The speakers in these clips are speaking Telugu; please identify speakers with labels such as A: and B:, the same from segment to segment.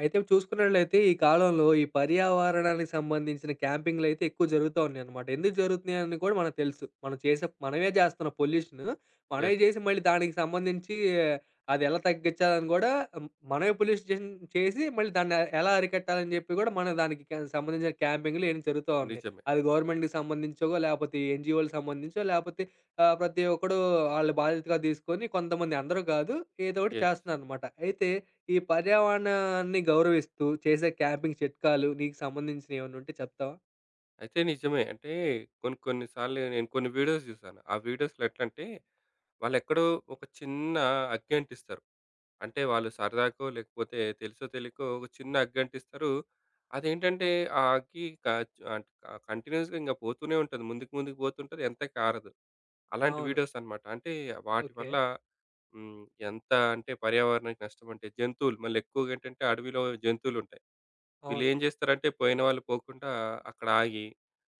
A: అయితే చూసుకున్నట్లయితే ఈ కాలంలో ఈ పర్యావరణానికి సంబంధించిన క్యాంపింగ్‌లయితే ఎక్కువ జరుగుతా ఉన్నాయన్నమాట. ఎందుకు జరుగుతున్నాయని కూడా మనకు తెలుసు. మనం మనమే చేస్తున్నాం పొల్యూషన్. మనమే
B: యెస్.
A: చేసి మళ్ళీ దానికి సంబంధించి అది ఎలా తగ్గించాలని కూడా మనమే పొల్యూషన్ చేసి చేసి మళ్ళీ దాన్ని ఎలా అరికట్టాలని చెప్పి కూడా మనం దానికి సంబంధించిన క్యాంపింగ్‌లు ఇయన్నీ జరుగుతా ఉన్నాయి.
B: నిజమే.
A: అది గవర్నమెంట్‌కి సంబంధించో లేపోతే ఎన్‌జీఓ‌లకు సంబంధించో లేపోతే ప్రతి ఒక్కడు ఆళ్ళు బాధ్యతగా తీసుకొని కొంతమంది అందరూ కాదు ఏదో ఒకటి
B: యెస్.
A: చేస్తున్నారన్నమాట. అయితే ఈ పర్యావరణాన్ని గౌరవిస్తూ చేసే క్యాంపింగ్ చిట్కాలు నీకు సంబంధించినవి ఏమైనా ఉంటే చెప్తావా?
B: అయితే నిజమే. అంటే కొన్ని కొన్ని సార్లు నేను కొన్ని వీడియోస్ చూసాను. ఆ వీడియోస్‌లో ఎట్లంటే వాళ్ళెక్కడో ఒక చిన్న అగ్గి అంటిస్తారు. అంటే వాళ్ళు సరదాకో లేకపోతే తెలుసో తెలియకో ఒక చిన్న అగ్గి అంటిస్తారు. అదేంటంటే ఆ అగ్గి క ఆహ్, కంటిన్యూయస్‌గా ఇంక పోతూనే ఉంటది. ముందుకు ముందుకు పోతుంటది. ఎంతకి ఆరదు. అలాంటి
A: అవును.
B: వీడియోస్ అన్నమాట. అంటే వాటి
A: ఓకే.
B: వల్ల హ్మ్. ఎంత అంటే పర్యావరణానికి నష్టం అంటే జంతువులు మళ్ళీ ఎక్కువగా ఏంటంటే అడవిలో జంతువులుంటాయి.
A: అవును.
B: వీళ్ళేం జేస్తారంటే, పోయిన వాళ్ళు పోకుండా అక్కడ ఆగి,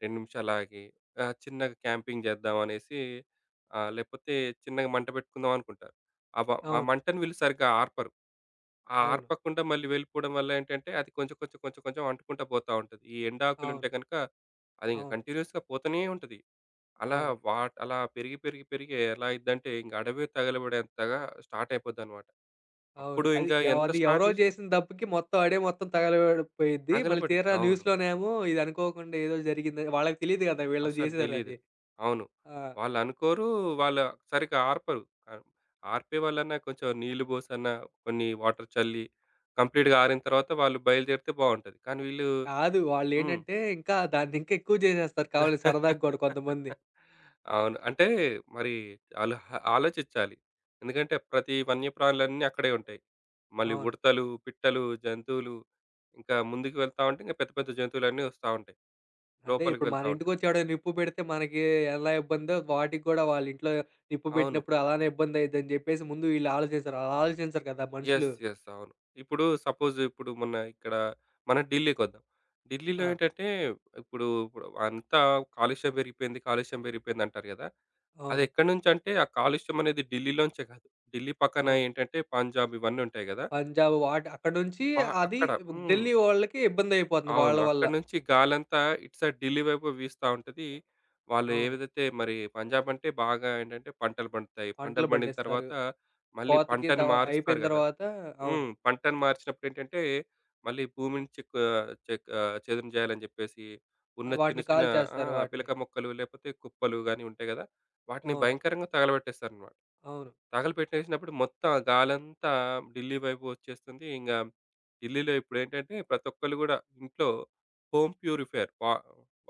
B: 2 నిమిషాలాగి చిన్నగా క్యాంపింగ్ జేద్దామనేసి లేపోతే చిన్నగా మంట బెట్టుకుందాం అనుకుంటారు. అవ ఆ
A: అవును.
B: మంటని వీళ్ళు సరిగ్గా ఆర్పరు.
A: అవును.
B: ఆర్పకుండా మళ్ళీ వెళ్ళిపోవడం వల్ల ఏంటంటే, అది కొంచెం అంటుకుంటా పోతా ఉంటది. ఈ ఎండాకులుంటే
A: అవును.
B: గనక, అది ఇంక
A: అవును.
B: కంటిన్యూయస్‌గా పోతూనే ఉంటది. అలా
A: అవును.
B: అలా పెరిగి, పెరిగి, పెరిగి ఎలా అయిద్దంటే, ఇంక అడవే తగలబడేంతగా స్టార్ట్ అయిపోద్దనమాట.
A: అవును.
B: అప్పుడు ఇంగా ఎంత
A: అది
B: స్టార్ట్
A: ఎవరో
B: జేసినా
A: చేసిన తప్పుకి మొత్తం ఆడే మొత్తం తగలబడిపోయిద్ది. మళ్ళీ
B: తగలబడిద్ది.
A: తీరా
B: అవును.
A: న్యూస్‌లోనేమో ఇది అనుకోకుండా ఏదో జరిగిందని వాళ్ళకి తెలీదు కదా! వీళ్ళు
B: అసలు తెలీదు.
A: చేసారని.
B: అవును.
A: ఆ!
B: వాళ్ళనుకోరు. వాళ్ళు సరిగ్గా ఆర్పరు. ఆహ్, ఆర్పేవాళ్ళన్నా కొంచెం నీళ్లు పోసన్నా, కొన్ని వాటర్ చల్లి కంప్లీట్‌గా ఆరిన తర్వాత వాళ్ళు బయలుదేరితే బావుంటది. కానీ వీళ్ళు
A: కాదు.
B: హ్మ్.
A: వాళ్ళేంటంటే ఇంకా దాన్ని ఇంకా ఎక్కువ చేసేస్తారు కావాలని సరదాగా కూడా కొంతమంది.
B: అవును. అంటే మరి ఆళ్ళు హ ఆలోచించాలి. ఎందుకంటే ప్రతి వన్యప్రాణులన్నీ అక్కడే ఉంటాయి. మళ్ళీ
A: అవును.
B: ఉడతలు, పిట్టలు, జంతువులు ఇంకా ముందుకు వెళ్తా ఉంటే ఇంకా పెద్ద పెద్ద జంతువులన్నీ వస్తా ఉంటాయి.
A: అదే
B: లోపలికి
A: ఇప్పుడు
B: వెళ్తా
A: మన
B: ఉంటాయి.
A: ఇంటికొచ్చి ఎవడైనా నిప్పు పెడితే మనకి ఎలా ఇబ్బందో వాటికి గూడా వాళ్ళ ఇంట్లో నిప్పు
B: అవును.
A: పెట్టినప్పుడు అలానే ఇబ్బందయిద్దని జెప్పేసి ముందు వీళ్ళు ఆలోచించరు. అలా ఆలోచించరు కదా
B: యెస్.
A: మనుషులు.
B: యెస్. అవును. ఇప్పుడు సపోజ్ ఇప్పుడు మొన్న ఇక్కడ మన ఢిల్లీకొద్దాం. ఢిల్లీలో
A: ఆ!
B: ఏంటంటే ఇప్పుడు ఇప్పుడు అంతా కాలుష్యం పెరిగిపోయింది, కాలుష్యం పెరిగిపోయింది అంటారు గదా! అది
A: అవును.
B: ఎక్కడి నుంచంటే ఆ కాలుష్యం అనేది ఢిల్లీలోంచే కాదు. ఢిల్లీ పక్కన
A: అవును.
B: ఏంటంటే పంజాబ్ ఇవన్నీ ఉంటాయి గదా!
A: పంజాబ్ వాట్ అక్కడి నుంచి అది
B: అక్కడ హ్మ్.
A: ఢిల్లీ వాళ్ళకి ఇబ్బందయిపోతుంది
B: అవును.
A: వాళ్ళ వల్ల.
B: అక్కడి నుంచి గాలంతా ఇటు సైడ్ ఢిల్లీ వైపు వీస్తా ఉంటది. వాళ్ళు
A: అవును.
B: ఏవిదైతే మరి పంజాబ్ అంటే బాగా ఏంటంటే పంటలు పండుతాయి.
A: పంటలు
B: పంటలు పండిన
A: పండిస్తారు.
B: తర్వాత మళ్ళీ
A: కోతకి
B: పంటని
A: త
B: మారుస్తారు
A: అయిపోయిన
B: గదా!
A: తర్వాత అవును.
B: హ్మ్. పంటను మార్చినప్పుడేంటంటే, మళ్ళీ
A: వా-
B: భూమిని చెక్ చెక్ ఆహ్, చదును చేయాలని జెప్పేసి, ఉన్న చిన్న
A: వాటిని
B: చిన్న ఆ!
A: కాల్చేస్తారు వాటిని.
B: పిలక మొక్కలు, లేపోతే కుప్పలు గాని ఉంటాయి గదా! వాటిని
A: అవును.
B: భయంకరంగా తగలబెట్టేస్తారనమాట.
A: అవును.
B: తగలబెట్టేసినప్పుడు మొత్తం ఆ గాలంతా ఢిల్లీ వైపు వచ్చేస్తుంది. ఇంగ ఢిల్లీలో ఇప్పుడేంటంటే, ప్రతి ఒక్కళ్ళు గూడా ఇంట్లో హోమ్ ప్యూరిఫైయర్ వా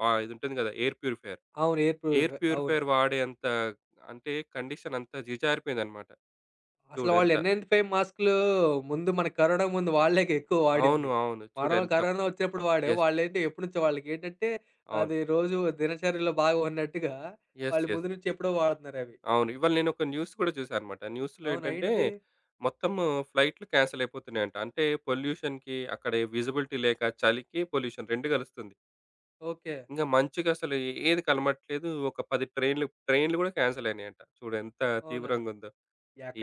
B: వా ఇదుంటుంది గదా! Air purifier.
A: అవును. Air
B: air
A: proof. అవును.
B: ప్యూరిఫైయర్ వాడేంత అంటే కండిషన్ అంతా జిజారిపోయిందనమాట.
A: అసలు వాళ్ళు
B: చూడెంత
A: N95 మాస్కులు ముందు మన కరోనా ముందు వాళ్ళేగా ఎక్కువ
B: అవును.
A: వాడింది.
B: అవును.
A: మనం
B: చూడెంత
A: కరోనా వచ్చినప్పుడు వాడాం.
B: యెస్.
A: వాళ్ళేంటి ఎప్పటినుంచో వాళ్ళకేంటంటే
B: అవును.
A: అది రోజు దినచర్యలో భాగం అన్నట్టుగా
B: యెస్.
A: వాళ్ళు
B: యెస్.
A: ముందు నుంచి ఎప్పుడో వాడుతున్నారవి.
B: అవును. ఇవాళ నేనొక న్యూస్ కూడా చూసానన్నమాట. న్యూస్‌లో
A: అవునా
B: ఏంటంటే,
A: ఏంటిది?
B: మొత్తం ఫ్లైట్‌లు క్యాన్సెల్ అయిపోతున్నాయంట. అంటే పొల్యూషన్‌కి, అక్కడ విజిబిలిటీ లేక, చలికి, పొల్యూషన్ 2 కలుస్తుంది.
A: ఓకే.
B: ఇంక మంచుకి అసలు ఏది కలమట్లేదు. ఒక 10 ట్రైన్‌లు కూడా క్యాన్సెల్ అయినాయంట. చూడు ఎంత
A: అవునా?
B: తీవ్రంగా ఉందో.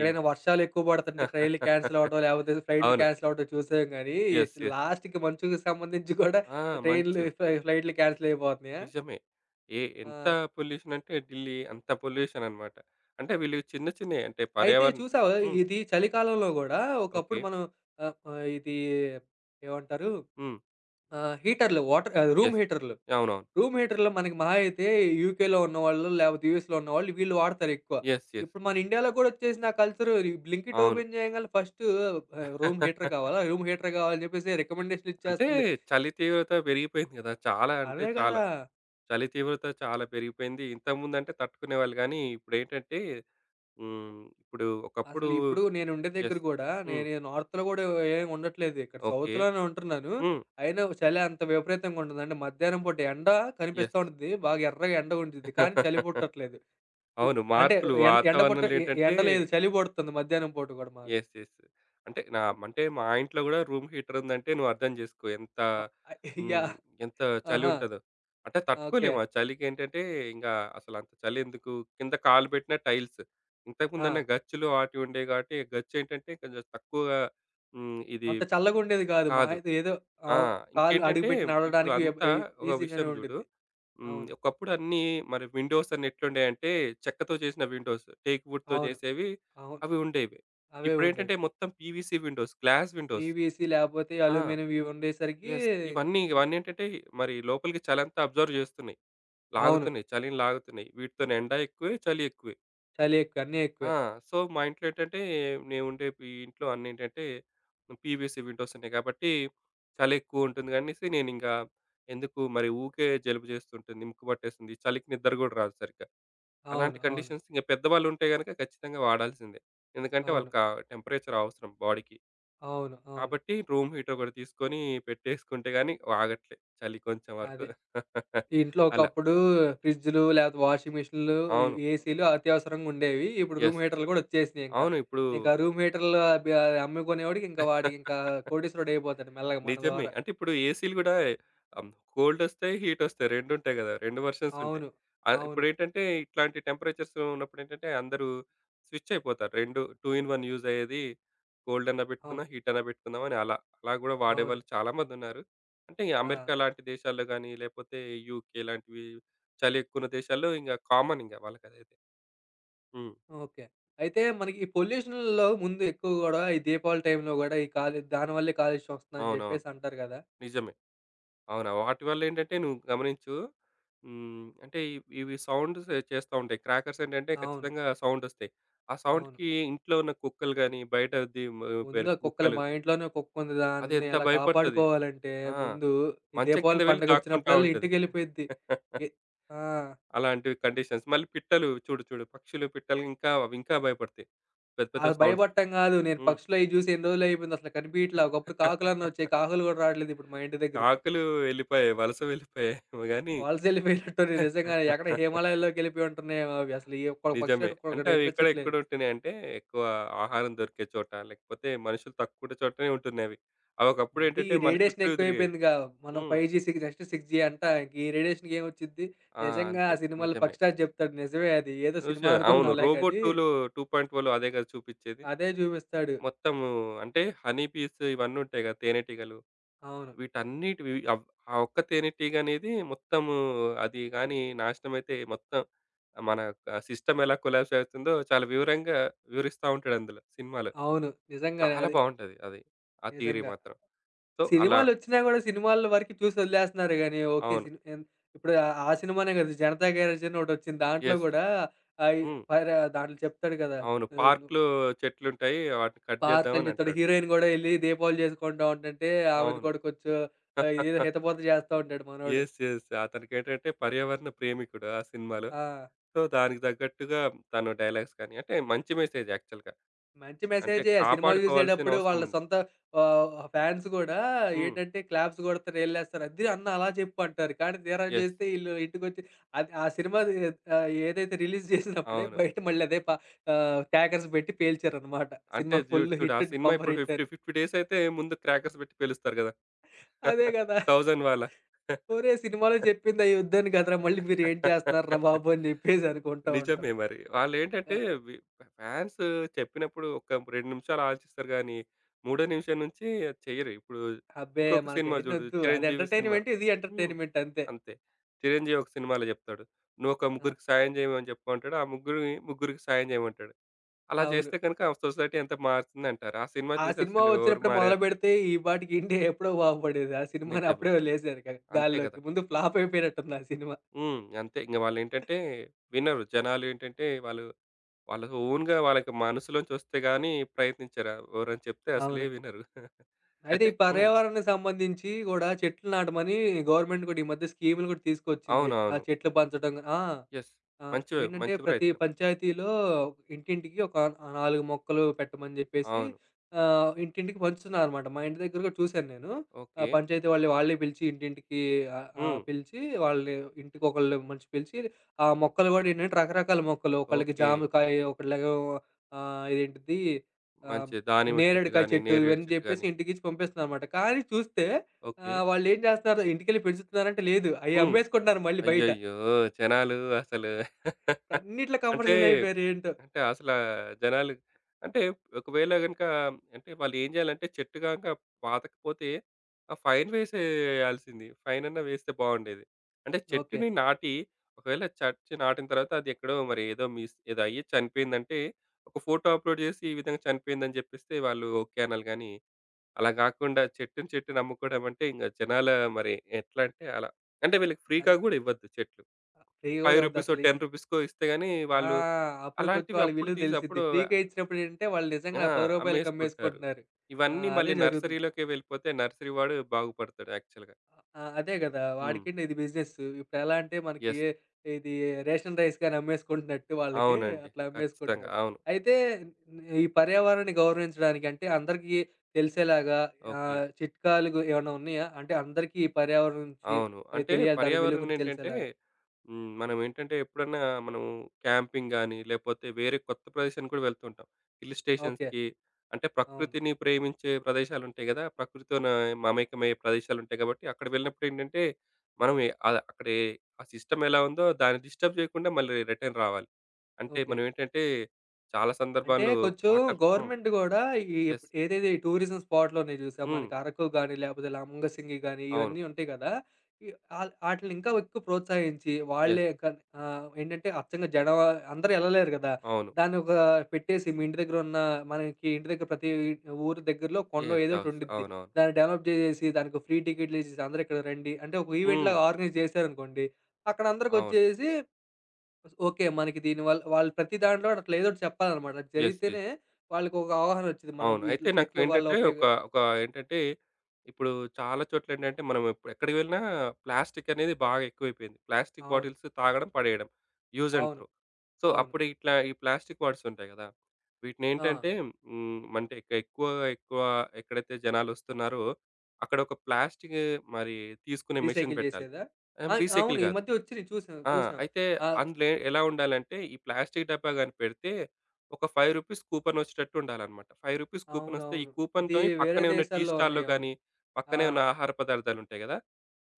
B: ఈ
A: వర్షాలు ఎక్కువ పడతంటే ట్రైన్‌లు క్యాన్సెల్ అవ్వటం లేకపోతే ఫ్లైట్‌లు
B: అవును.
A: క్యాన్సెల్ అవ్వటం చూసాం గానీ,
B: యెస్. యెస్.
A: లాస్ట్‌కి మంచుకి సంబంధించి కూడా
B: ఆ!
A: ట్రైన్‌లు,
B: మంచు.
A: ఫ్లైట్‌లు క్యాన్సెల్ అయిపోతున్నాయా?
B: నిజమే.
A: ఆ!
B: ఎంత పొల్యూషన్ అంటే ఢిల్లీ అంత పొల్యూషన్ అన్నమాట. అంటే వీళ్ళు చిన్న చిన్నయి అంటే
A: అయితే
B: పర్యావరణం
A: చూసావా?
B: హ్మ్.
A: ఇది చలికాలంలో గూడా
B: ఓకే.
A: ఒకప్పుడు మనం ఆహ్, ఆహ్, ఇది ఏమంటారు?
B: హ్మ్.
A: ఆహ్, హీటర్లు వాటర్ ఆహ్, రూమ్
B: యెస్.
A: హీటర్లు.
B: అవునవును.
A: రూమ్ హీటర్లు మనకి మహా అయితే యూకేలో ఉన్నవాళ్ళు, లేపోతే యూఎస్‌లో ఉన్నవాళ్ళు వీళ్ళు వాడతారు ఎక్కువ.
B: యెస్. యెస్.
A: ఇప్పుడు మన ఇండియాలో గూడా ఒచ్చేసింది ఆ కల్చరు. ఈ బ్లింకిట్
B: అవును.
A: ఓపెన్ చేయంగాల్నే ఫస్టు రూమ్ హీటర్ కావాలా? రూమ్ హీటర్ కావాలని చెప్పేసి
B: అంటే
A: రికమెండేషన్‌లిచ్చేస్తుంది.
B: చలి తీవ్రత పెరిగిపోయింది గదా! చాలా అంటే
A: అదే
B: చాలా.
A: గదా!
B: చలి తీవ్రత చాలా పెరిగిపోయింది. ఇంతకుముందంటే తట్టుకునేవాళ్ళు గానీ, ఇప్పుడేంటంటే హ్మ్. ఇప్పుడు ఒకప్పుడు
A: అసలు ఇప్పుడు నేనుండే దగ్గర
B: యెస్.
A: గూడా,
B: హ్మ్.
A: నేను నార్త్‌లో గూడా ఏమి ఉండట్లేదు. ఇక్కడ
B: ఓకే.
A: సౌత్‌లోనే ఉంటున్నాను.
B: హ్మ్.
A: అయినా చలి అంత విపరీతంగా ఉండదు. అంటే మధ్యాహ్నం పూట ఎండ కనిపిస్తా
B: యెస్.
A: ఉంటది. బాగా ఎర్రగా ఎండ ఉండిద్ది. కానీ చలి పుట్టట్లేదు. ఇ
B: అవును.
A: అంటే
B: మార్పులు
A: ఎండ ఎండ పుట్ట
B: వాతావరణంలో
A: ఎ
B: ఏంటంటే
A: ఎండ లేదు. చలి పుడుతుంది మధ్యాహ్నం పూట గూడా మాకు.
B: యెస్. యెస్. అంటే నా అంటే మా ఇంట్లో గూడా రూమ్ హీటర్ ఉందంటే నువ్వు అర్థం జేసుకో ఎంత
A: ఆహ్,
B: హ్మ్.
A: యాహ్!
B: ఎంత చలి
A: ఆహా!
B: ఉంటదో. అంటే
A: ఓకే.
B: తట్టుకోలేము. ఆ చలికేంటంటే ఇంగా అసలంత చలెందుకు కింద కాలు బెట్టిన టైల్స్.
A: ఆ!
B: ఇంతకుముందన్న గచ్చులు ఆటివి ఉండేవి గాబట్టి గచ్చేంటంటే కొంచెం తక్కువగా హ్మ్.
A: అంత చల్లగుండేది గాదు. మహా
B: కాదు.
A: అయితే ఏదో
B: ఆ!
A: ఆహ్, కాళ్ళు
B: ఇంకేంటంటే
A: అడుగుపెట్టి
B: ఇప్పుడు
A: నడవడానికి
B: అంతా ఒక విషయం
A: ఈజీగానే
B: జూడు.
A: ఉండిద్ది.
B: హ్మ్.
A: అవును.
B: ఒకప్పుడు అన్నీ మరి విండోస్ అని ఎట్లుండేయంటే చెక్కతో చేసిన విండోస్, టేక్ వుడ్‌తో
A: అవును.
B: చేసేవి
A: అవును.
B: అవి ఉండేవి.
A: అవే
B: ఇప్పుడేంటంటే
A: ఉండేవి.
B: మొత్తం PVC windows, glass windows.
A: PVC లేపోతే
B: ఆ!
A: అల్యూమినియం ఇవి ఉండేసరికి
B: యెస్. ఇవన్నీ
A: ఇం-
B: ఇవన్నేంటంటే మరి లోపలికి చలంతా అబ్జర్వ్ చేస్తున్నాయి.
A: అవును.
B: లాగుతున్నాయి. చలిని లాగుతున్నాయి. వీటితోని ఎండ ఎక్కువే, చలి ఎక్కువే.
A: చలి ఎక్కువ. అన్నీ
B: ఆ!
A: ఎక్కువే.
B: సో, మా ఇంట్లో ఏంటంటే, నేను ఉండే ఈ ఇంట్లో అన్నేంటంటే పీవీసీ విండోస్ ఉన్నాయి కాబట్టి, చలి ఎక్కువుంటుంది అనేసి నేనింకా ఎందుకు మరి ఊకే జలుబు చేస్తుంటుంది, ముక్కు పట్టేస్తుంది. చలికి నిద్ర గూడా రాదు సరిగ్గా. అలాంటి
A: అవును. అవును.
B: కండిషన్స్ ఇంక పెద్దవాళ్ళుంటే గనక ఖచ్చితంగా వాడాల్సిందే. ఎందుకంటే
A: అవును.
B: వాళ్ళకా టెంపరేచర్ అవసరం బాడీకి.
A: అవును. అవును.
B: కాబట్టి రూమ్ హీటర్ ఒకటి తీసుకొని పెట్టేసుకుంటే గానీ ఆగట్లే చలి కొంచెం వరకు.
A: అదే. ఇంట్లో
B: అలా.
A: ఒకప్పుడు ఫ్రిడ్జ్‌లు లేపోతే వాషింగ్ మిషన్‌లు,
B: అవును.
A: ఏసీలు అత్యవసరంగా ఉండేవి. ఇప్పుడు రూమ్
B: యెస్.
A: హీటర్‌లు కూడా వచ్చేసినాయి ఇంకా.
B: అవును. ఇప్పుడు
A: ఇంకా రూమ్ హీటర్‌లు అబ్బి అది అమ్ముకునేవాడికి ఇంకా వాడికి ఇంకా కోటీశ్వరుడు అయిపోతాడు మెల్లగా మన
B: నిజమే.
A: ద్వారా.
B: అంటే ఇప్పుడు ఏసీలు గూడా ఆహ్, కోల్డొస్తాయి, హీటొస్తాయి. రెండుంటాయి గదా! 2 వెర్షన్స్ ఉంటాయి.
A: అవును. అవును.
B: ఇప్పుడేంటంటే ఇట్లాంటి టెంపరేచర్స్ ఉన్నప్పుడేంటంటే అందరూ స్విచ్ అయిపోతారు. 2 టూ ఇన్ వన్ యూజ్ అయ్యేది కోల్డన్నా
A: అవు
B: బెట్టుకుందాం, హీటన్నా బెట్టుకుందాం అని అలా. అలా గూడా
A: అవును.
B: వాడేవాళ్ళు చాలామందున్నారు. అంటే ఈ
A: ఆ!
B: అమెరికా లాంటి దేశాల్లో గానీ, లేపోతే యూకే లాంటివి చలి ఎక్కువున్న దేశాల్లో కామన్ ఇంగ వాళ్ళకదైతే. హ్మ్.
A: ఓకే. అయితే మనకి ఈ పొల్యూషన్‌లో ముందు ఎక్కువ గూడా ఈ దీపావళి టైంలో గూడా ఈ దానివల్లే కాలుష్యం వస్తుందని
B: అవునవును.
A: జెప్పేసి అంటారు గదా!
B: నిజమే. అవునా? వాటి వల్లేంటంటే నువ్వు గమనించు హ్మ్. అంటే ఇవి సౌండ్స్ చేస్తా ఉంటాయి. క్రాకర్స్ ఏంటంటే
A: అవును.
B: ఖచ్చితంగా సౌండొస్తాయి. ఆ
A: అవును.
B: సౌండ్‌కి ఇంట్లో ఉన్న కుక్కలు గాని, బయటది మ పెర్
A: ముందు ఆ కుక్కలు
B: కుక్కలు
A: మా ఇంట్లోనే ఒక కుక్క ఉంది.
B: అది
A: దాన్ని
B: ఎంత
A: ఎలా
B: భయపడుతది.
A: కాపాడుకోవాలంటే
B: ఆ!
A: ముందు ఈ
B: మంచం కింద
A: దీపావళి
B: వెళ్లి దాక్కుంటా
A: పండగొచ్చినప్పుడల్లా
B: ఉంటది.
A: ఇంటికెళ్ళిపోయిద్ది. ఎ ఆ!
B: అలాంటి కండిషన్స్. మళ్ళీ పిట్టలు చూడు చూడు పక్షులు, పిట్టలు ఇంకా అవి ఇంకా భయపడతాయి. పెద్ద పెద్ద
A: అది
B: సౌండ్స్‌కి.
A: భయపడటం గాదు. నేను
B: హ్మ్.
A: పక్షులయి జూసి ఎన్ని రోజులయిపోయింది అసలు కనిపియట్లా. ఒకప్పుడు కాకులన్నా వచ్చేయి. కాకులు గూడా రావట్లేదు ఇప్పుడు మా ఇంటి దగ్గరికి.
B: కాకులు వెళ్ళిపోయాయి. వలస వెళ్ళిపోయాయేమో గాని
A: వలసెళ్ళిపోయినట్టున్నయి నిజంగానే ఎక్కడ హిమాలయాల్లోకెళ్ళిపోయి ఉంటున్నాయేమో అవి. అసలు ఏ ఒక్క పక్షి
B: నిజమే.
A: కూడా
B: అంటే అవి ఎక్కడ ఎక్కడ
A: కనిపించట్లేదు.
B: ఉంటున్నాయంటే ఎక్కువ ఆహారం దొరికే చోట, లేకపోతే మనుషులు తక్కువ ఉండే చోటనే ఉంటున్నవి. అవి అవి ఒకప్పుడు
A: ముందు
B: ఏంటంటే
A: ఈ
B: మన
A: రేడియేషన్
B: చుట్టూ తిరిగేవి.
A: ఎక్కువైపోయిందిగా. మనం
B: హ్మ్.
A: 5G సిక్స్ నెక్స్ట్ 6G అంట. ఇంక ఈ రేడియేషన్‌కి ఏమొచ్చిద్ది?
B: ఆ!
A: నిజంగా
B: అంతే
A: ఆ సినిమాలో
B: నిజమే.
A: 'పక్షిరాజు' చెప్తాడు నిజమే అది. ఏదో సినిమా
B: చూసా అవును.
A: అనుకున్నాంలే
B: 'రోబోట్
A: గాని,
B: 2'లో 2.0లో అదే కదా చూపించేది.
A: అదే చూపిస్తాడు.
B: మొత్తము అంటే హనీ బీస్ ఇవన్నీ ఉంటాయి కదా! తేనెటీగలు.
A: అవును.
B: వీటన్నిటివి అవ్ ఆ ఒక్క తేనెటీగ అనేది మొత్తము అది గాని నాశనమైతే మొత్తం మన సిస్టమ్ ఎలా కొలాప్స్ అవుతుందో చాలా వివరంగా వివరిస్తా ఉంటాడు అందులో సినిమాలో.
A: అవును. నిజంగానే
B: చాలా
A: అది.
B: బావుంటది అది. ఆ థియరీ
A: నిజంగా.
B: మాత్రం. సో, అలా
A: సినిమాలొచ్చినా గూడా సినిమాల వరకి చూసి వదిలేస్తున్నారు గానీ, ఓకే.
B: అవును.
A: సిని ఎన్ ఇప్పుడు ఆ ఆ సినిమానే కదా! 'జనతా గ్యారేజ్' అని ఒకటొచ్చింది. దాంట్లో
B: యెస్.
A: గూడా ఆయి
B: హ్మ్.
A: పర దాంట్లో చెప్తాడు కదా!
B: అవును.
A: ఆహ్, ను
B: పార్క్‌లో చెట్లుంటాయి. వాటిని కట్
A: పార్క్‌లని
B: చేద్దామని
A: చెప్తాడు.
B: అంటాడు.
A: హీరోయిన్ గూడా ఎళ్లి దీపావళి జేసుకుంటా ఉంటంటే, ఆమెను
B: అవును.
A: కూడా కొంచెం ఇదేదో హితబోత జేస్తా ఉంటాడు మనోడు.
B: యెస్. యెస్. అతనికేంటంటే పర్యావరణ ప్రేమికుడు ఆ సినిమాలో.
A: ఆ!
B: సో, దానికి తగ్గట్టుగా తను డైలాగ్స్ కానీ అంటే మంచి మెసేజ్ యాక్చువల్‌గా.
A: మంచి
B: అంటే
A: మెసేజే. సినిమా
B: కాపాడుకోవాల్సిన
A: జూసేటప్పుడు
B: అవసరం
A: వాళ్ళ
B: ఉంది.
A: సొంత ఫ్యాన్స్ గూడా
B: హ్మ్.
A: ఏంటంటే, క్లాప్స్ గొడతారు, యెళ్ళేస్తారు. "అద్ది అన్న అలా జెప్పు" అంటారు. కానీ తీరా
B: యెస్.
A: జూస్తే ఈళ్ళు ఇంటికొచ్చి అది ఆ సినిమాది ఏదైతే రిలీజ్ జేసినప్పుడే
B: అవును.
A: బయట మళ్ళీ అదే ప క్రాకర్స్ బెట్టి పేల్చారనమాట.
B: అంటే
A: సినిమా ఫుల్
B: చూడు ఆ
A: హిట్
B: సినిమా
A: బంపర్
B: ఇప్పుడు
A: హిట్
B: 50,
A: అని.
B: 50 డేస్ అయితే ముందు క్రాకర్స్ పెట్టి పేలుస్తారు కదా!
A: అదే గదా!
B: 1000 వాళ్ళ.
A: ఒరేయ్! సినిమాలో చెప్పింది ఆ యుద్ధాన్ని కదరా! మళ్ళీ మీరు ఏం చేస్తున్నార్రా బాబు! అని చెప్పేసి అనుకుంటా ఉంటాం.
B: నిజమే మరి. వాళ్ళేంటంటే
A: ఆ!
B: వి ఫాన్స్ చెప్పినప్పుడు ఒక 2 నిమిషాలు ఆలోచిస్తారు గానీ, మూడో నిమిషం నుంచి అది చెయ్యరు. ఇప్పుడు
A: అబ్బే!
B: ఇంకొక సినిమా చూడు
A: మనకయన్నొద్దు. అది
B: 'చిరంజీవి' సినిమా.
A: ఎంటర్‌టైన్‌మెంట్, ఇది
B: హ్మ్.
A: ఎంటర్‌టైన్‌మెంట్ అంతే.
B: అంతే. 'చిరంజీవి' ఒక సినిమాలో చెప్తాడు. "నువ్వొక
A: ఆ!
B: ముగ్గురికి సాయం చేయమని చెప్పు" అంటాడు. ఆ ముగ్గురిని ముగ్గురికి సాయం చేయమంటాడు. అలా
A: అవును.
B: చేస్తే గనుక ఆ సొసైటీ ఎంత మారుతుందంటారు? ఆ సినిమా
A: ఆ
B: చూసి
A: సినిమా
B: అసలు ఎవరు
A: వచ్చినప్పుడే
B: మారారు?
A: మొదలుపెడితే ఈ పాటికి ఇండియా ఎప్పుడో బాగుపడేది. ఆ సినిమాని
B: నిజమే.
A: అప్పుడే వదిలేసారు గా
B: అంతే కదా!
A: గాల్లోకి. ముందు ఫ్లాప్ అయిపోయినట్టుంది ఆ సినిమా.
B: హ్మ్. అంతే. ఇంక వాళ్ళేంటంటే వినరు. జనాలేంటంటే వాళ్ళకి ఓన్‌గా వాళ్ళకి మనసులోంచి వస్తే గాని ప్రయత్నించరు. ఎవరైనా చెప్తే అసలే
A: అవును.
B: వినరు.
A: అయితే
B: అయితే
A: ఈ
B: హ్మ్.
A: పర్యావరణానికి సంబంధించి గూడా చెట్లు నాటమని గవర్నమెంట్ కూడా ఈ మధ్య స్కీములు కూడా తీసుకొచ్చింది. ఆ
B: అవునవును.
A: చెట్లు పంచడం ఆ!
B: యెస్.
A: ఆ!
B: మంచి
A: ఏంటంటే
B: మంచి
A: ప్రతి
B: ప్రయత్నం.
A: పంచాయతీలో ఇంటింటికి ఒక 4 మొక్కలు పెట్టమని జెప్పేసి
B: అవును.
A: ఇంటింటికి పంచుతున్నారనమాట. మా ఇంటి దగ్గర గూడా చూసాను నేను.
B: ఓకే.
A: పంచాయతీ వాళ్ళు వాళ్ళే పిలిచి ఇంటింటికి ఆహ్, ఆహ్,
B: హ్మ్.
A: పిలిచి వాళ్ళు ఇంటికొకళ్ళు మనిషి పిలిచి ఆ మొక్కలు గూడా ఏంటంటే రకరకాల మొక్కలు ఒకళ్ళకి
B: ఓకే.
A: జామకాయ, ఒకళ్ళేమో ఆహ్, ఇదేంటిది ఆహ్,
B: మంచిది. దానిమ్మ చెట్టు
A: నేరేడుకాయ
B: గాని,
A: చెట్టు
B: నేరేడు
A: ఇవన్నీ
B: చెట్టు
A: జెప్పేసి
B: గాని.
A: ఇంటికిచ్చి పంపిస్తున్నారనమాట. కానీ చూస్తే
B: ఓకే.
A: వాళ్ళేం జేస్తున్నారు ఇంటికెళ్ళి పెంచుతున్నారంటే లేదు. అయి
B: హ్మ్.
A: అమ్మేసుకుంటున్నారు మళ్ళీ బయట.
B: అయ్యయ్యో! జనాలు అసలు
A: అన్నిట్లో
B: అంటే,
A: కమర్షియలయిపోయారు ఏంటో.
B: అంటే జనాలు అంటే ఒకవేళ గనుక అంటే వాళ్ళు ఏం జేయాలంటే చెట్టు గనక పాతకపోతే ఆ ఫైన్ వేసేయాల్సింది. ఫైనన్నా వేస్తే బావుండేది. అంటే
A: ఓకే.
B: చెట్టుని నాటి ఒకవేళ చెట్టు నాటిన తర్వాత అది ఎక్కడో మరి ఏదో అయ్యి చనిపోయిందంటే ఒక ఫోటో అప్‌లోడ్ జేసి ఈ విధంగా చనిపోయిందని జెప్పిస్తే వాళ్ళు ఓకే అనాలి గానీ అలా గాకుండా చెట్టుని చెట్టుని అమ్ముకోవడం అంటే ఇంక జనాల మరి ఎట్లా అంటే అలా. అంటే వీళ్ళకి ఫ్రీ‌గా
A: అది
B: గూడా ఇవ్వద్దు చెట్లు. రూ.
A: ఫ్రీ గూడా
B: 5, రూ.
A: ఇవ్వదసలు.
B: 10కో ఇస్తే గాని
A: ఆ!
B: వాళ్ళు
A: అప్పుడు కొంచెం
B: అలాంటివి
A: వాళ్ళ
B: అప్పుడు
A: విలువ
B: తీసి
A: దెలిసిద్ది.
B: అప్పుడు
A: ఫ్రీ‌గా ఇచ్చినప్పుడేంటంటే వాళ్ళు నిజంగా
B: ఆ!
A: ఆ రూ. 10
B: అమ్మేసుకుంటారు.
A: కమ్మేసుకుంటున్నారు. ఆ!
B: ఇవన్నీ మళ్ళీ
A: అదే జరుగుతుంది.
B: నర్సరీలోకే వెళ్ళిపోతే నర్సరీ వాడు బాగుపడతాడు యాక్చువల్‌గా.
A: ఆ! అదే గదా!
B: హ్మ్.
A: వాడికేంటి ఇది బిజినెస్సు. ఇప్పుడెలా అంటే మనకి
B: యెస్.
A: ఇది రేషన్ రైస్ గాని అమ్మేసుకుంటున్నట్టు వాళ్ళకి
B: అవునండి.
A: అట్లా
B: ఖచ్చితంగా.
A: అమ్మేసుకుంటున్నారు.
B: అవును.
A: అయితే ఈ పర్యావరణాన్ని గౌరవించడానికి అంటే అందరికీ తెలిసేలాగా
B: ఓకే.
A: ఆహ్, చిట్కాలు గు ఏమన్నా ఉన్నాయా? అంటే అందరికీ ఈ పర్యావరణం గురించి
B: అవును.
A: అవి
B: అంటే
A: తెలియాలి. దాని విలువ
B: పర్యావరణం
A: గురించి
B: ఏంటంటే
A: తెలిసేలాగా?
B: హ్మ్. మనం ఏంటంటే ఎప్పుడన్నా మనం క్యాంపింగ్ గాని, లేకపోతే వేరే కొత్త ప్రదేశానికి కూడా వెళ్తుంటాం. Hill
A: okay.
B: స్టేషన్స్‌కి అంటే
A: అవును.
B: ప్రకృతిని ప్రేమించే ప్రదేశాలుంటాయి గదా! ప్రకృతితోనే మమేకమయ్యే ప్రదేశాలుంటాయి కాబట్టి అక్కడ వెళ్ళినప్పుడు ఏంటంటే మనం ఎ ఆహ్, అక్కడ ఎ ఆ సిస్టమ్ ఎలా ఉందో దాన్ని డిస్టర్బ్ చేయకుండా మళ్ళీ రిటర్న్ రావాలి. అంటే
A: ఓకే.
B: మనం ఏంటంటే చాలా
A: అంటే
B: సందర్భాల్లో
A: కొంచెం
B: హ్మ్.
A: గవర్నమెంట్ గూడా ఈ ఎప్
B: యెస్.
A: ఏదైతే ఈ టూరిజం స్పాట్‌లు ఉన్నాయి జూసావా?
B: హ్మ్.
A: మనకి అరకు గాని, లేపోతే లంబసింగి గాని
B: అవును.
A: ఇవన్నీ ఉంటాయి గదా! ఈ ఆల్ ఆటిలిని ఇంకా ఎక్కువ ప్రోత్సహించి
B: యెస్.
A: వాళ్ళే కన్ ఏంటంటే అచ్చంగా జనం అందరూ ఎళ్ళలేరు గదా!
B: అవును.
A: దాన్ని ఒక పెట్టేసి మీ ఇంటి దగ్గర ఉన్న మనకి ఇంటి దగ్గర ప్రతి ఊరు దగ్గరలో కొండో
B: యెస్.
A: ఏదో ఒకటి
B: యస్.
A: ఉండిద్ది.
B: అవునవును.
A: దాన్ని డెవలప్ జేసేసి దానికి ఫ్రీ టికెట్‌లిచ్చేసి అందరూ ఇక్కడ రండి. అంటే ఒక
B: హ్మ్.
A: ఈవెంట్‌లాగా ఆర్గనైజ్ జేశారనుకోండి. అక్కడ
B: అవును.
A: అందరికొచ్చేసి ఓకే. మనకి దీని వల్ల వాళ్ళు ప్రతి దాంట్లో అట్లా ఏదోటి చెప్పాలనమాట. అది
B: యెస్. యెస్.
A: జరిగితేనే వాళ్ళకొక అవగాహన ఒచ్చిద్ది. మనం
B: అవును. అయితే
A: ఇట్ల చెట్ల వల్ల
B: నాకేంటంటే
A: ఉపయోగ
B: ఒక ఒక ఏంటంటే ఇప్పుడు చాలా చోట్లేంటంటే మనం ఎప్ ఎక్కడికి వెళ్ళినా ప్లాస్టిక్ అనేది బాగా ఎక్కువైపోయింది. ప్లాస్టిక్
A: అవును.
B: బాటిల్స్ తాగడం, పడేయడం. యూజ్ అండ్
A: అవును.
B: త్రో. సో,
A: అవును.
B: అప్పుడు ఇట్లా ఈ ప్లాస్టిక్ బాటిల్స్ ఉంటాయి గదా!
A: ఆ!
B: వీటినేంటంటే హ్మ్. అంటే ఎక్ ఎక్కువ ఎక్కువ ఎక్కడైతే జనాలొస్తున్నారో అక్కడ ఒక ప్లాస్టిక్ మరి తీసుకునే మెషిన్
A: రీసైకిల్
B: పెట్టాలి.
A: చేసేదా? ఆయ్
B: రీసైకిల్
A: అవును. ఈ
B: గాదు.
A: మధ్య ఒచ్చినియి చూసాను.
B: ఆ!
A: చూసాం.
B: అయితే
A: ఆ!
B: ఎలా ఉండాలంటే ఈ ప్లాస్టిక్ డబ్బా గాని పెడితే ఒక రూ. 5 కూపన్ వచ్చేటట్టు ఉండాలన్నమాట. రూ. 5 కూపన్ వస్తే ఈ
A: అవునవును. ఇది
B: కూపన్‌తోని
A: వేరే
B: పక్కనే ఉన్న టీ
A: దేశాల్లో
B: స్టాల్‌లో
A: ఉన్నాయి. అవును.
B: గాని,
A: ఆ!
B: పక్కనే ఉన్న ఆహార పదార్థాలుంటాయి గదా!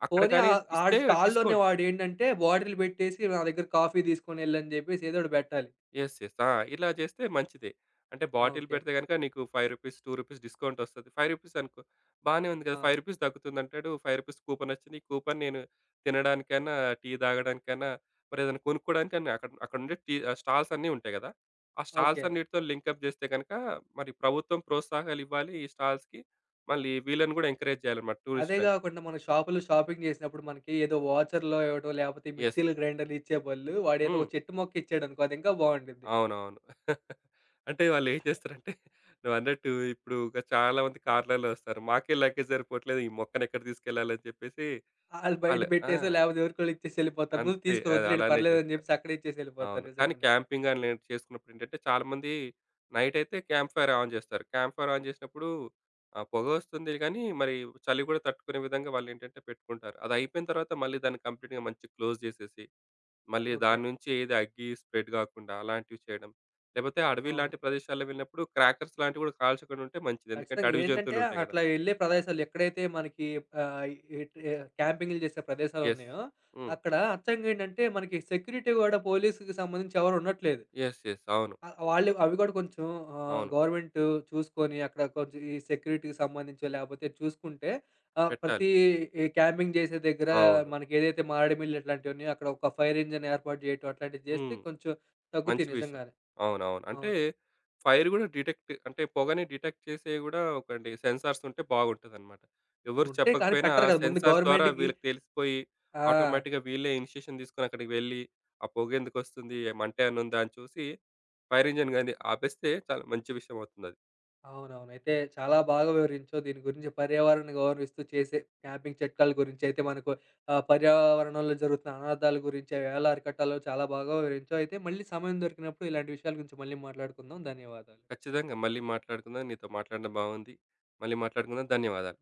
B: అక్కడ
A: పోనీ
B: గాని
A: ఆడి
B: ఇస్తే
A: స్టాల్‌లోనే
B: డిస్కౌంట్.
A: వాడేంటంటే బాటిల్ పెట్టేసి నా దగ్గర కాఫీ తీసుకొనెళ్ళని జెప్పేసి ఏదోటి బెట్టాలి.
B: యెస్. యెస్. ఆ! ఇలా చేస్తే మంచిదే. అంటే
A: ఆ!
B: Bottle
A: okay.
B: పెడితే గనుక నీకు రూ. 5, రూ. 2 డిస్కౌంట్ వస్తది. రూ. 5 అనుకో బానే ఉంది కదా!
A: ఆ!
B: రూ. 5 తగ్గుతుందంటాడు. రూ. 5 కూపన్ వచ్చింది. ఈ కూపన్ నేను తినడానికైనా, టీ తాగడానికైనా, మరేదైనా కొనుక్కోవడానికైనా అక్కడ స్టాల్స్ అన్నీ ఉంటాయి కదా! ఆ స్టాల్స్
A: ఓకే.
B: అన్నిటితో లింకప్ చేస్తే గనుక మరి ప్రభుత్వం ప్రోత్సాహాలివ్వాలి ఈ స్టాల్స్‌కి. మళ్ళీ వీళ్ళని కూడా ఎంకరేజ్ చేయాలన్నమాట
A: అదే
B: టూరిస్ట్‌లని.
A: గాకుండా మనం షాపులో షాపింగ్ జేసినప్పుడు మనకి ఏదో వాచర్‌లో ఇవ్వటం, లేపోతే
B: యెస్.
A: మిక్సీలు, గ్రైండర్‌లు ఇచ్చే బదులు వాడేదో
B: హ్మ్.
A: ఒక చెట్టు మొక్కిచ్చాడనుకో అది ఇంకా బావుండిద్ది.
B: అవునవును. అంటే వాళ్ళేం చేస్తారంటే నువ్వన్నట్టు ఇప్పుడు ఇక చాలా మంది కార్‌లలో వస్తారు. మాకే లగేజ్ సరిపోవట్లేదు. ఈ మొక్కనెక్కడ తీసుకెళ్ళాలని చెప్పేసి
A: ఆళ్ళు బయట
B: ఆళ్ళు ఆ!
A: పెట్టేసో, లేపోతే ఎవరికోళ్ళు ఇచ్చేసి యెళ్ళిపోతారు. ముందు
B: అంతే.
A: తీసుకొని
B: అది
A: వద్దులేండి
B: అలానే
A: పర్లేదని
B: చేస్తారు.
A: జెప్పేసి అక్కడే ఇచ్చేసి యెళ్ళిపోతారు
B: అవును. కానీ
A: నిజంగానే.
B: క్యాంపింగ్ అని నేను చేసుకున్నప్పుడేంటంటే చాలామంది నైట్ అయితే క్యాంప్ ఫైర్ ఆన్ చేస్తారు. క్యాంప్ ఫైర్ ఆన్ చేసినప్పుడు ఆ పొగ వస్తుంది గానీ, మరి చలి కూడా తట్టుకునే విధంగా వాళ్ళేంటంటే పెట్టుకుంటారు. అదయిపోయిన తర్వాత మళ్ళీ దాన్ని కంప్లీట్‌గా మంచిగా క్లోజ్ చేసేసి మళ్ళీ
A: ఓకే.
B: దాని నుంచి ఏది అగ్గి స్ప్రెడ్ గాకుండా అలాంటివి చేయడం. లేపోతే అడవి
A: అవును.
B: లాంటి ప్రదేశాల్లో వెళ్ళినప్పుడు క్రాకర్స్ లాంటివి గూడా కాల్చకుండా ఉంటే మంచిది. ఎందుకంటే
A: ఖచ్చితంగా
B: అడవి
A: ఏంటంటే
B: జంతువులుంటాయి గదా!
A: అట్లా యెళ్ళే ప్రదేశాలు ఎక్కడైతే మనకి ఆహ్, ఈ ట్ క్యాంపింగ్‌లు చేసే
B: యెస్.
A: ప్రదేశాలున్నాయో
B: హ్మ్.
A: అక్కడ అచ్చంగేంటంటే మనకి సెక్యూరిటీ గూడా పోలీస్‌కి సంబంధించి ఎవరు ఉండట్లేదు.
B: యెస్. యెస్. అవును.
A: ఆ! వాళ్ళు అవి కూడా కొంచెం
B: అవును.
A: గవర్నమెంట్ చూసుకొని అక్కడ కొంచెం ఈ సెక్యూరిటీకి సంబంధించో లేపోతే చూసుకుంటే ఆహ్,
B: పెట్టాలి.
A: ప్రతి ఈ క్యాంపింగ్ చేసే దగ్గర
B: అవును.
A: మనకేదైతే మారేడుమిల్లి ఇట్లాంటివి ఉన్నాయో అక్కడ ఒక ఫైర్ ఇంజిన్ ఏర్పాటు చేయటం అట్లాంటివి చేస్తే
B: హ్మ్.
A: కొంచెం
B: మంచి
A: తగ్గుతాయి
B: విషయం.
A: నిజంగానే.
B: అవునవును. అంటే
A: అవును.
B: ఫైర్ గూడా డిటెక్ట్ అంటే పొగని డిటెక్ట్ చేసేవి గూడా ఒకటి సెన్సార్స్ ఉంటే బాగుంటదనమాట. ఎవరు
A: ఉంటే కానీ
B: చెప్పకపోయినా
A: పెట్టరు కదా! ముందు
B: సెన్సార్ ద్వారా
A: గవర్నమెంట్‌కి
B: వీళ్ళకి తెలిసిపోయి
A: ఆ!
B: ఆటోమేటిక్‌గా వీళ్ళే ఇనిషియేషన్ తీసుకొని అక్కడికి వెళ్లి ఆ పొగెందుకొస్తుంది? మంట ఏమన్నా ఉందా? అని చూసి ఫైర్ ఇంజిన్ గాని ఆపేస్తే చాలా మంచి విషయం అవుతుందది.
A: అవునవును. అయితే చాలా బాగా వివరించావు. దీని గురించి పర్యావరణ గౌరవిస్తూ చేసే క్యాంపింగ్ చిట్కాల గురించి అయితే మనకు పర్యావరణంలో జరుగుతున్న అనాధాల గురించి అవి ఎలా అరికట్టాలో చాలా బాగా వివరించావు. అయితే మళ్ళీ సమయం దొరికినప్పుడు ఇలాంటి విషయాల గురించి మళ్ళీ మాట్లాడుకుందాం. ధన్యవాదాలు.
B: ఖచ్చితంగా మళ్ళీ మాట్లాడుకుందాం. నీతో మాట్లాడడం బాగుంది. మళ్ళీ మాట్లాడుకుందాం. ధన్యవాదాలు.